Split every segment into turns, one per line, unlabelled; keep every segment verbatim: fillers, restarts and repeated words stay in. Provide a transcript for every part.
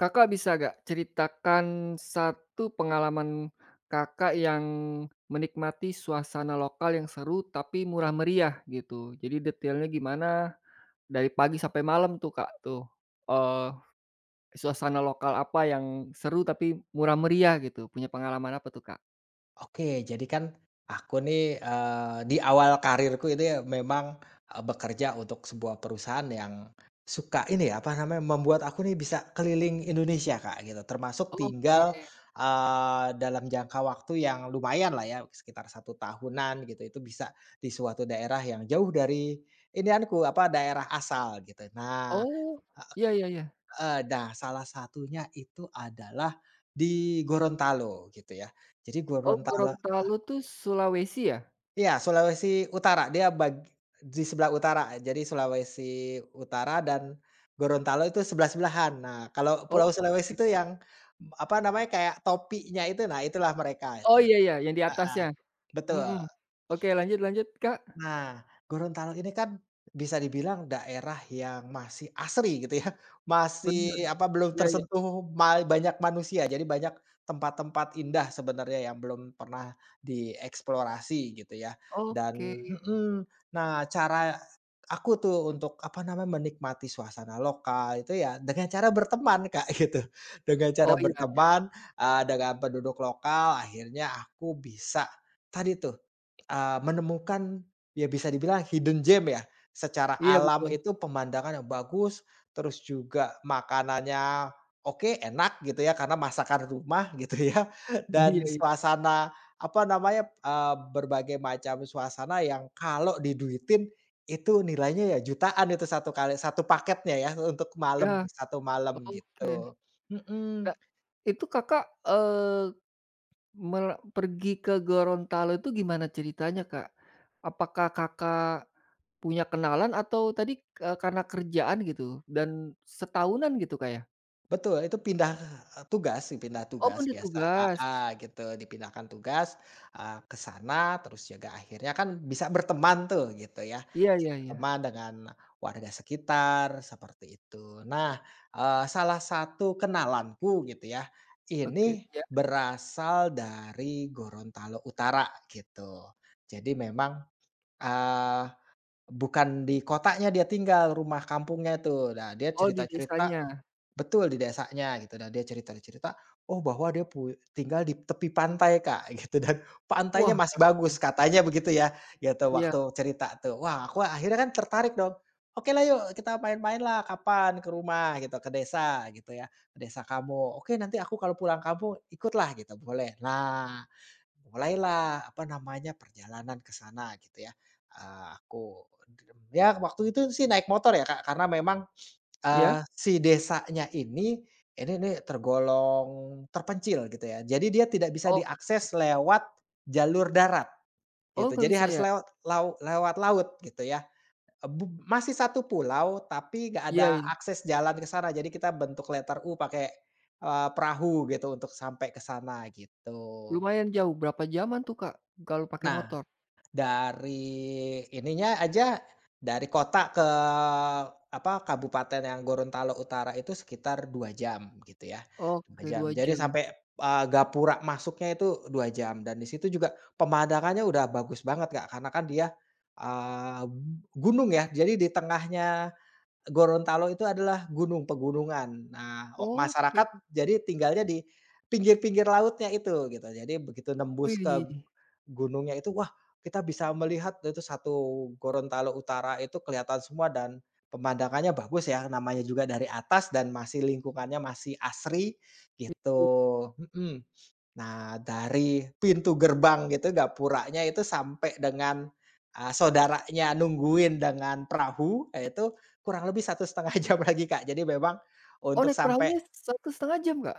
Kakak bisa nggak ceritakan satu pengalaman Kakak yang menikmati suasana lokal yang seru tapi murah meriah gitu? Jadi detailnya gimana, dari pagi sampai malam tuh Kak tuh, eee, suasana lokal apa yang seru tapi murah meriah gitu? Punya pengalaman apa tuh Kak?
Oke, jadi kan aku nih, eee, di awal karirku itu ya memang, eee, bekerja untuk sebuah perusahaan yang suka ini ya, apa namanya, membuat aku nih bisa keliling Indonesia, Kak, gitu. Termasuk
Oke,
tinggal, eee, dalam jangka waktu yang lumayan lah ya, sekitar satu tahunan gitu, itu bisa di suatu daerah yang jauh dari inianku, apa, daerah asal gitu. Nah,
oh, iya iya iya.
heeh, nah salah satunya itu adalah di Gorontalo gitu ya. Jadi
Oh
Gorontalo.
Gorontalo tuh Sulawesi ya?
Iya, Sulawesi Utara, dia bag di sebelah utara. Jadi Sulawesi Utara dan Gorontalo itu sebelah-sebelahan. Nah, kalau Pulau
Oh
Sulawesi itu yang, apa namanya, kayak topinya itu, nah itulah mereka
oh
itu.
iya iya yang di
Heeh,
atasnya,
betul.
mhm. Oke, lanjut lanjut Kak,
Nah, Gorontalo ini kan bisa dibilang daerah yang masih asri gitu ya, masih
bener,
apa, belum
iya iya,
tersentuh ma banyak manusia, jadi banyak tempat-tempat indah sebenarnya yang belum pernah dieksplorasi gitu ya,
oke.
dan mhm, nah cara aku tuh untuk apa namanya, menikmati suasana lokal itu ya dengan cara berteman, Kak, gitu. Dengan cara
Oh iya,
berteman, eee, dengan penduduk lokal akhirnya aku bisa tadi tuh Eee, menemukan ya bisa dibilang hidden gem ya, secara
iya
alam
betul.
itu pemandangan yang bagus, terus juga makanannya oke, enak gitu ya karena masakan rumah gitu ya,
Iya
dan
iya.
suasana, apa namanya, eee, berbagai macam suasana yang kalau diduitin itu nilainya ya jutaan itu satu kali satu paketnya ya untuk malam,
Ya,
satu malam
oke.
gitu. Mhm.
Nah, itu Kakak, eee, mer pergi ke Gorontalo itu gimana ceritanya, Kak? Apakah Kakak punya kenalan atau tadi, eee, karena kerjaan gitu dan setahunan gitu, Kak, ya?
Betul, itu pindah eh, tugas, pindah
Oh pun
tugas
dia
biasa a
tugas.
A gitu, dipindahkan tugas, eee, ke sana, terus juga akhirnya kan bisa berteman tuh, gitu ya.
Iya
Bisa
iya iya.
berteman dengan warga sekitar, seperti itu. Nah, eee, salah satu kenalanku gitu ya,
Oke,
ini
iya.
berasal dari Gorontalo Utara, gitu. Jadi memang, eee, bukan di kotanya dia tinggal, rumah kampungnya tuh. Nah, dia
Oh di
cerita-cerita.
desanya.
Betul, di desanya gitu dan dia cerita-cerita, oh bahwa dia pu tinggal di tepi pantai, Kak, gitu dan pantainya
Wah
masih
seru
bagus
tuh.
katanya, begitu ya, gitu
Iya,
waktu cerita tuh. Wah, aku akhirnya kan tertarik dong, oke lah, yuk kita main-main lah, kapan ke rumah gitu, ke desa gitu ya, ke desa kamu. Oke, nanti aku kalau pulang kampung ikutlah gitu, boleh. Nah, mulailah apa namanya perjalanan ke sana gitu ya, eee, aku ya waktu itu sih naik motor ya, Kak, karena memang Eee,
iya?
si desanya ini, ini nih tergolong terpencil gitu ya. Jadi dia tidak bisa
Oh,
diakses lewat jalur darat
oh
gitu.
nggak
Jadi
bisa
harus
ya?
lewat lau lewat laut gitu ya. E bu Masih satu pulau tapi nggak
Iya
ada
iya.
akses jalan ke sana. Jadi kita bentuk letter U pakai, eee, perahu gitu untuk sampai ke sana gitu.
Lumayan jauh, berapa jaman tuh, Kak, kalau pakai
Nah.
motor?
Dari ininya aja, dari kota ke, apa, kabupaten yang Gorontalo Utara itu sekitar dua jam gitu ya, dua
Oke
jam.
dua
Jadi
jam.
sampai, eee, gapura masuknya itu dua jam dan di situ juga pemandangannya udah bagus banget, Kak, karena kan dia, eee, gunung ya, jadi di tengahnya Gorontalo itu adalah gunung, pegunungan. Nah, o
Oke,
masyarakat jadi tinggalnya di pinggir-pinggir lautnya itu gitu, jadi begitu nembus ke
widih.
gunungnya itu, wah, kita bisa melihat itu satu Gorontalo Utara itu kelihatan semua dan pemandangannya bagus ya, namanya juga dari atas dan masih lingkungannya masih asri gitu, mhm. Nah, dari pintu gerbang gitu gapuranya itu sampai dengan, eee, saudaranya nungguin dengan perahu, ya itu kurang lebih satu setengah jam lagi, Kak. Jadi memang
Oh,
untuk
naik
sampai,
perahunya satu setengah jam, Kak?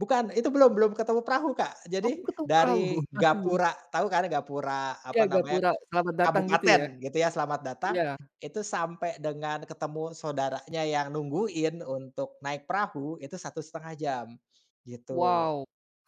bukan, itu belum belum ketemu perahu, Kak.
Oh,
Jadi
ketuk perahu?
dari
Waduh.
gapura tahu kan gapura
Iya,
apa namanya,
Gapura selamat datang gitu ya?
kabupaten gitu ya, selamat datang,
Iya.
itu sampai dengan ketemu saudaranya yang nungguin untuk naik perahu itu satu setengah jam, gitu.
Wow,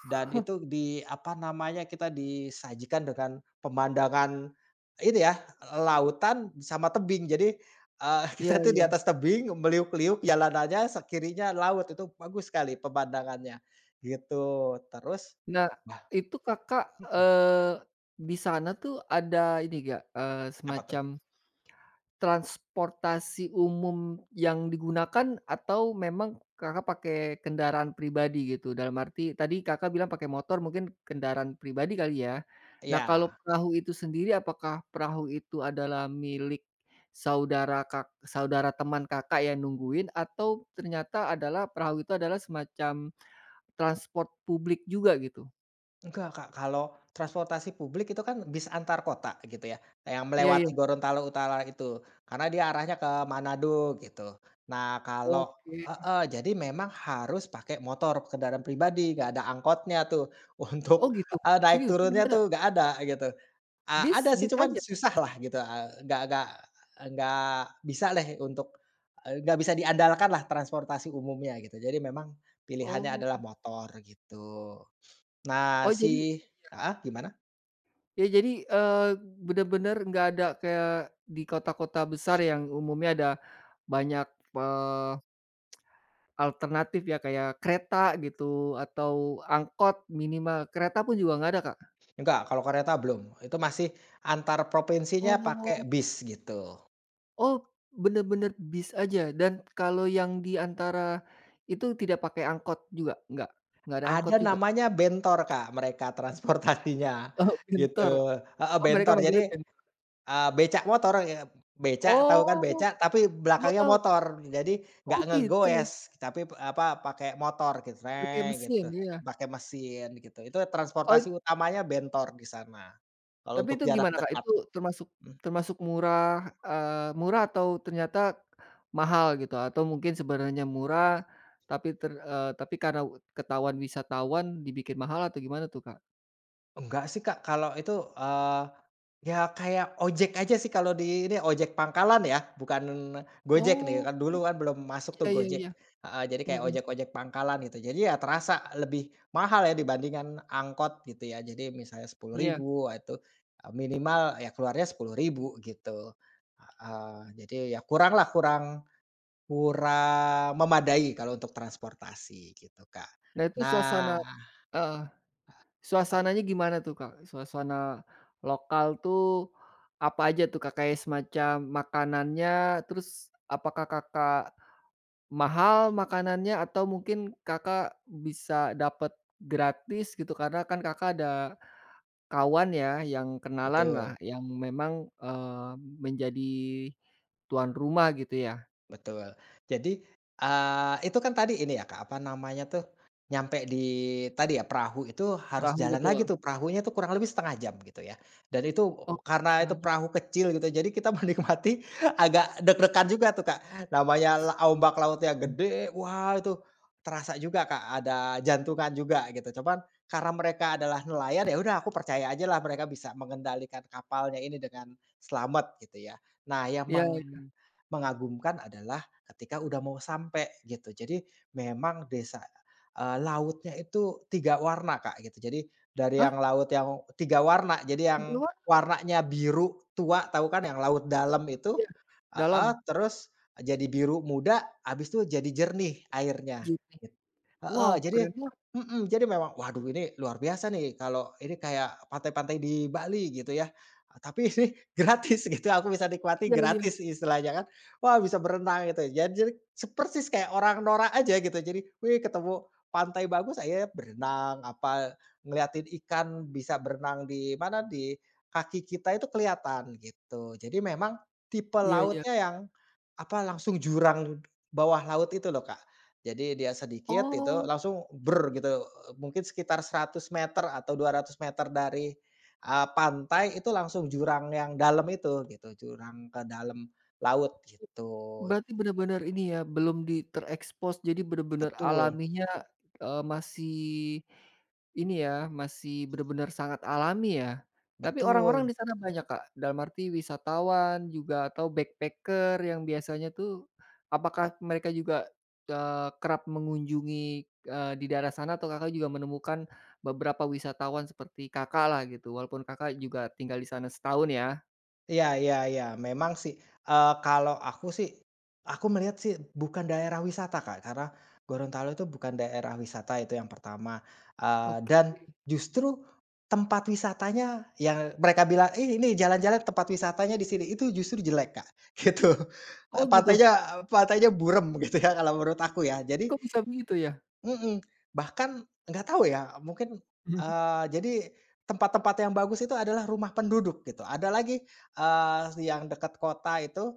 Dan itu di apa namanya, kita disajikan dengan pemandangan ini ya, lautan sama tebing. Jadi, eee,
iya
kita tuh di
iya.
atas tebing meliuk-liuk jalanannya, sekirinya laut, itu bagus sekali pemandangannya, gitu. Terus
Nah,
wah,
itu Kakak,
mhm,
eee, di sana tuh ada ini nggak, eee,
apa tuh?
semacam transportasi umum yang digunakan atau memang Kakak pakai kendaraan pribadi gitu? Dalam arti tadi Kakak bilang pakai motor mungkin kendaraan pribadi kali ya? Nah kalau
Ya.
perahu itu sendiri apakah perahu itu adalah milik saudara Kak saudara teman Kakak yang nungguin atau ternyata adalah perahu itu adalah semacam transport publik juga gitu?
Enggak, Kak, kalau transportasi publik itu kan bis antar kota gitu ya, yang
Iya iya,
melewati Gorontalo Utara itu, karena dia arahnya ke Manado gitu. Nah, kalau,
oke.
heeh, jadi memang harus pakai motor, kendaraan pribadi, nggak ada angkotnya tuh
Oh
untuk,
gitu?
eee, naik
Serius?
turunnya
Gimana?
tuh nggak ada gitu. Eee, ada
Bis
sih
bis
cuman
aja?
susah lah gitu, eee, nggak nggak nggak bisa lah untuk, eee, nggak bisa diandalkan lah transportasi umumnya gitu. Jadi memang pilihannya
Oh.
adalah motor gitu. Nah,
Oh
si
jadi
heeh, gimana?
ya jadi, eee, bener-bener nggak ada kayak di kota-kota besar yang umumnya ada banyak, eee, alternatif ya kayak kereta gitu atau angkot minimal, kereta pun juga nggak ada, Kak?
Enggak, kalau kereta belum, itu masih antar provinsinya pakai
Oh.
bis gitu.
Oh, bener-bener bis aja dan kalau yang di antara itu tidak pakai angkot juga? Nggak? Nggak ada angkot
Ada
juga?
namanya bentor, Kak, mereka transportasinya
Oh
gitu,
bentar,
heeh,
oh mereka
bentor. Jadi,
manggilnya bentor.
eee, becak motor ya, becak, tahu kan
Oh,
becak, tapi
tahu
belakangnya
tahu,
motor. Jadi nggak
oh gitu,
ngegoes, tapi apa, pakai motor gitu
pakai
gitu,
mesin, ya.
pakai mesin gitu. Itu transportasi
Oh
utamanya bentor di sana, kalau
tapi
untuk
itu
jarak
gimana, Kak?
dekat.
Itu termasuk
Mmm,
termasuk murah, eee, murah atau ternyata mahal gitu? Atau mungkin sebenarnya murah tapi ter eee, tapi karena ketahuan wisatawan dibikin mahal atau gimana tuh, Kak?
enggak sih, Kak, kalau itu, eee ya kayak ojek aja sih kalau di ini, ojek pangkalan ya, bukan Gojek nih,
Oh,
kan dulu kan belum masuk tuh
iya iya
Gojek.
iya,
Heeh, jadi kayak
mhm,
ojek-ojek pangkalan gitu. Jadi ya terasa lebih mahal ya dibandingkan angkot gitu ya. Jadi misalnya sepuluh
iya.
ribu ah, itu, eee, minimal ya keluarnya sepuluh ribu gitu. Heeh, jadi ya kurang lah, kurang kurang memadai kalau untuk transportasi gitu, Kak.
Nah itu suasana
Nah,
heeh,
e
suasananya gimana tuh, Kak? Suasana lokal tuh apa aja tuh, Kak? Kayak semacam makanannya, terus apakah Kakak mahal makanannya atau mungkin Kakak bisa dapat gratis gitu karena kan Kakak ada kawan ya yang kenalan lah
betul.
yang memang, eee, menjadi tuan rumah gitu ya?
Betul. Jadi, eee, itu kan tadi ini ya, Kak, apa namanya tuh, nyampe di tadi ya, perahu itu harus
Perahu
jalan lagi
betul?
tuh, perahunya tuh kurang lebih setengah jam gitu ya. Dan itu
Oh,
karena itu
satu juta lima ratus ribu rupiah
perahu kecil gitu, jadi kita menikmati agak deg-degan juga tuh, Kak. Namanya la ombak lautnya gede, wah, itu terasa juga, Kak, ada jantungan juga gitu. Cuman karena mereka adalah nelayan, ya udah, aku percaya aja lah mereka bisa mengendalikan kapalnya ini dengan selamat gitu ya. Nah, yang
iya
meng
iya.
mengagumkan adalah ketika udah mau sampai gitu. Jadi memang desa, eee, lautnya itu tiga warna, Kak, gitu. Jadi dari
Hah?
yang laut yang tiga warna, jadi
Di
yang
luar?
warnanya biru tua, tahu kan yang laut dalam itu,
Iya.
heeh,
Dalam?
terus jadi biru muda, habis itu jadi jernih airnya.
Jeepnya?
Heeh,
Wow
jadi
keren banget.
mhm, jadi memang, waduh, ini luar biasa nih kalau ini kayak pantai-pantai di Bali gitu ya, eee, tapi ini gratis gitu, aku bisa nikmati
Iya iya.
gratis istilahnya kan. Wah, bisa berenang gitu ya, jadi se persis kayak orang norak aja gitu, jadi, wih, ketemu pantai bagus akhirnya berenang apa, ngeliatin ikan bisa berenang di mana, di kaki kita itu kelihatan gitu. Jadi memang tipe
Iya iya.
lautnya yang, apa, langsung jurang bawah laut itu loh Kak, jadi dia sedikit itu
Oh.
langsung "ber" gitu, mungkin sekitar seratus meter atau dua ratus meter dari, eee, pantai itu langsung jurang yang dalam itu gitu, jurang ke dalam laut gitu.
Berarti benar-benar ini ya, belum di terekspos, jadi benar-benar
Betul,
alaminya, eee, masih ini ya, masih benar-benar sangat alami ya? Tapi orang-orang
betul.
di sana banyak, Kak? Dalam arti wisatawan juga atau backpacker yang biasanya tuh, apakah mereka juga, eee, kerap mengunjungi, eee, di daerah sana atau Kakak juga menemukan beberapa wisatawan seperti kakak lah gitu, walaupun Kakak juga tinggal di sana setahun ya?
Iya, iya, iya, memang sih, eee, kalau aku sih, aku melihat sih bukan daerah wisata, Kak, karena Gorontalo itu bukan daerah wisata, itu yang pertama, eee,
Oke.
dan justru tempat wisatanya yang mereka bilang, "Ih, ini jalan-jalan tempat wisatanya di sini," itu justru jelek, Kak, gitu. Eee,
Oh gitu?
pantainya pantainya burem gitu ya kalau menurut aku ya. Jadi,
Kok bisa begitu ya?
Mhm, bahkan nggak tahu ya, mungkin, eee, jadi tempat-tempat yang bagus itu adalah rumah penduduk gitu. Ada lagi, eee, yang dekat kota itu,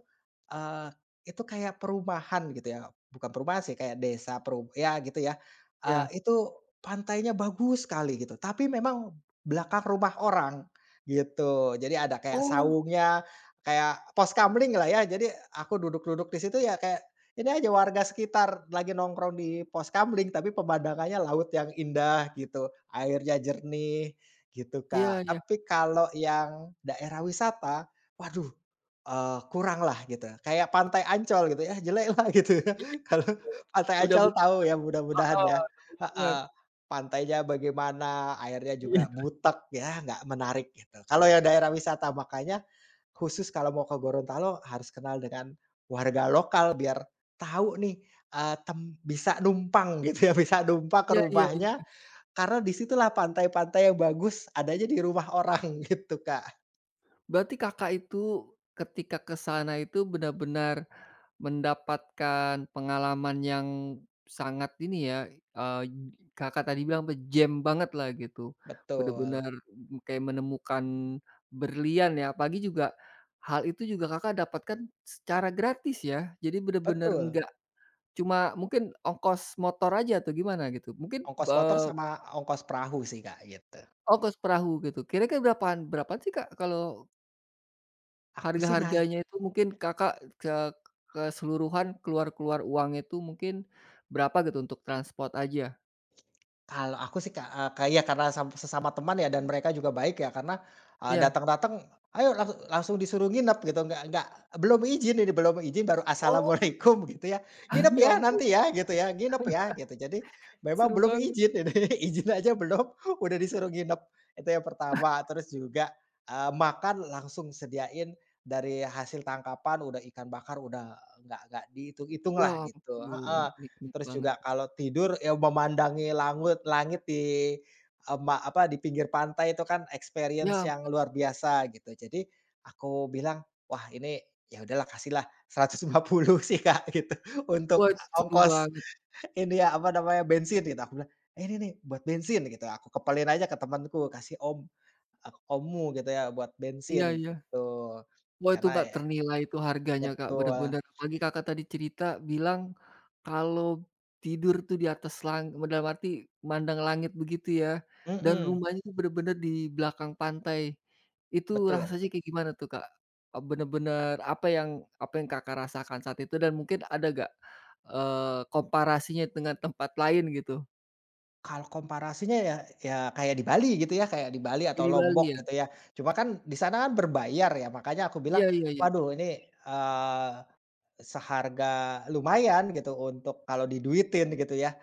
eee, itu kayak perumahan gitu ya, bukan perumahan sih, kayak desa peru ya gitu ya,
Ya.
eee, itu pantainya bagus sekali gitu, tapi memang belakang rumah orang gitu. Jadi ada kayak
Oh,
saungnya, kayak pos kamling lah ya, jadi aku duduk-duduk di situ ya kayak ini aja, warga sekitar lagi nongkrong di pos kamling, tapi pemandangannya laut yang indah gitu, airnya jernih gitu,
iya
Kak.
iya.
Tapi kalau yang daerah wisata, waduh, eee, kurang lah gitu, kayak Pantai Ancol gitu ya, jelek lah gitu ya.
Iya,
Kalau Pantai
udah
Ancol
be
tahu ya, mudah-mudahan
heeh,
ya,
betul banget.
heeh. Pantainya bagaimana, airnya juga
Iya.
butek ya, nggak menarik gitu. Kalau yang daerah wisata makanya khusus kalau mau ke Gorontalo harus kenal dengan warga lokal biar tahu nih, eee, tem bisa numpang gitu ya, bisa numpang ke
Iya iya iya.
rumahnya karena di situlah pantai-pantai yang bagus adanya, di rumah orang gitu, Kak.
Berarti Kakak itu ketika ke sana itu benar-benar mendapatkan pengalaman yang sangat ini ya, eee, Kakak tadi bilang apa, jam banget lah gitu.
Betul,
Benar-benar kayak menemukan berlian ya, apalagi juga hal itu juga Kakak dapatkan secara gratis ya. Jadi benar-benar
betul,
nggak cuma mungkin ongkos motor aja atau gimana gitu? Mungkin,
ongkos motor
eee
sama ongkos perahu sih, Kak, gitu.
oh, kos perahu gitu. Kira-kira berapaan berapaan sih, Kak, kalau
Aku sih nga
harga-harganya itu mungkin Kakak ke keseluruhan keluar-keluar uang itu mungkin berapa gitu untuk transport aja?
Kalau aku sih, Kak, eee, kayak ya karena sam sesama teman ya, dan mereka juga baik ya karena, eee,
Iya.
datang-datang, "Ayo langsu langsung disuruh nginep," gitu, nggak nggak, "Belum izin ini, belum izin," baru
Oh,
assalamualaikum gitu ya, "Nginep
ya
ya
ampun
nanti ya," gitu ya, "nginep ya," gitu. Jadi memang
seru
belum
banget.
izin ini, izin aja belum udah disuruh nginep, itu yang pertama. Terus juga, eee, makan langsung sediain dari hasil tangkapan, udah ikan bakar, udah nggak nggak dihitung-hitung
Ya
lah gitu,
ampun,
heeh.
nikmat
Terus juga
banget.
kalau tidur ya memandangi langut langit di, eee, ma apa, di pinggir pantai itu kan experience
Ya,
yang luar biasa gitu. Jadi aku bilang, "Wah, ini, ya udahlah, kasihlah seratus lima puluh sih, Kak," gitu, "untuk
wah itu seru
ongkos
banget.
ini ya, apa namanya, bensin," gitu. Aku bilang, "Eh, ini nih buat bensin," gitu, aku kepelin aja ke temanku, "Kasih om ek ommu," gitu ya, "buat
Iya
bensin,"
iya.
gitu.
Wah, itu
Karena
nggak
ya
ternilai itu harganya, Kak,
betul,
bener-bener. Apalagi Kakak tadi cerita bilang kalau tidur tuh di atas lang dalam arti mandang langit begitu ya, dan
mhm,
rumahnya tuh bener-bener di belakang pantai. Itu
betul.
rasanya kayak gimana tuh, Kak? Eee, bener-bener apa yang apa yang Kakak rasakan saat itu dan mungkin ada nggak, eee, komparasinya dengan tempat lain gitu?
Kalau komparasinya ya, ya kayak di Bali gitu ya, kayak di Bali atau
Di Bali ya?
Lombok gitu ya. Cuma kan di sana kan berbayar ya, makanya aku bilang,
Iya iya iya.
"Waduh, ini, eee, seharga lumayan gitu untuk kalau diduitin," gitu ya.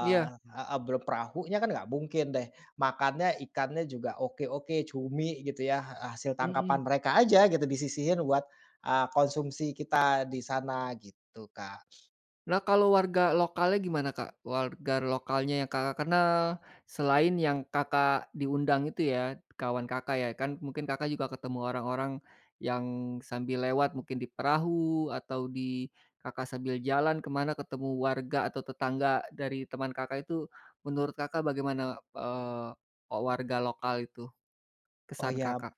Iya,
heeh, belum perahunya kan nggak mungkin deh, makannya, ikannya juga oke-oke, cumi gitu ya, hasil
mhm.
tangkapan mereka aja gitu disisihin buat, eee, konsumsi kita di sana gitu, Kak.
Nah, kalau warga lokalnya gimana, Kak? Warga lokalnya yang Kakak kenal, selain yang Kakak diundang itu ya, kawan Kakak ya, kan mungkin Kakak juga ketemu orang-orang yang sambil lewat mungkin di perahu atau di Kakak sambil jalan kemana ketemu warga atau tetangga dari teman Kakak itu, menurut Kakak bagaimana, eee, warga lokal itu,
Oh
kesan
ya.
Kakak?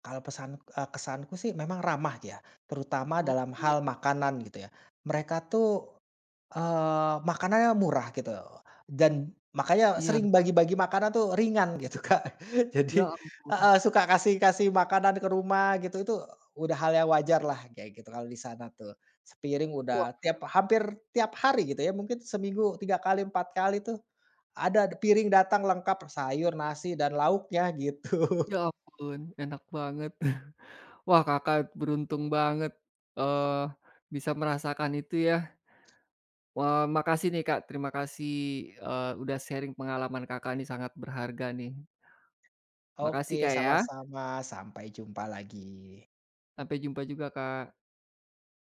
Kalau pesan eee, kesanku sih memang ramah ya, terutama dalam
Oke,
hal makanan gitu ya. Mereka tuh, eee, makanannya murah gitu, dan makanya
iya,
sering bagi-bagi makanan tuh ringan gitu, Kak.
ya
Jadi,
ampun.
heeh, suka kasih-kasih makanan ke rumah gitu, itu udah hal yang wajar lah kayak gitu kalau di sana tuh. Sepiring
Wah,
udah tiap hampir tiap hari gitu ya, mungkin seminggu tiga kali, empat kali tuh ada piring datang lengkap sayur, nasi, dan lauknya gitu.
ya ampun, enak banget. Wah, Kakak beruntung banget, eee, bisa merasakan itu ya. Wah, makasih nih, Kak, terima kasih, eee, udah sharing pengalaman Kakak nih, sangat berharga nih. Makasih,
Oke,
Kak, ya.
sama-sama. Sampai jumpa lagi.
Sampai jumpa juga, Kak.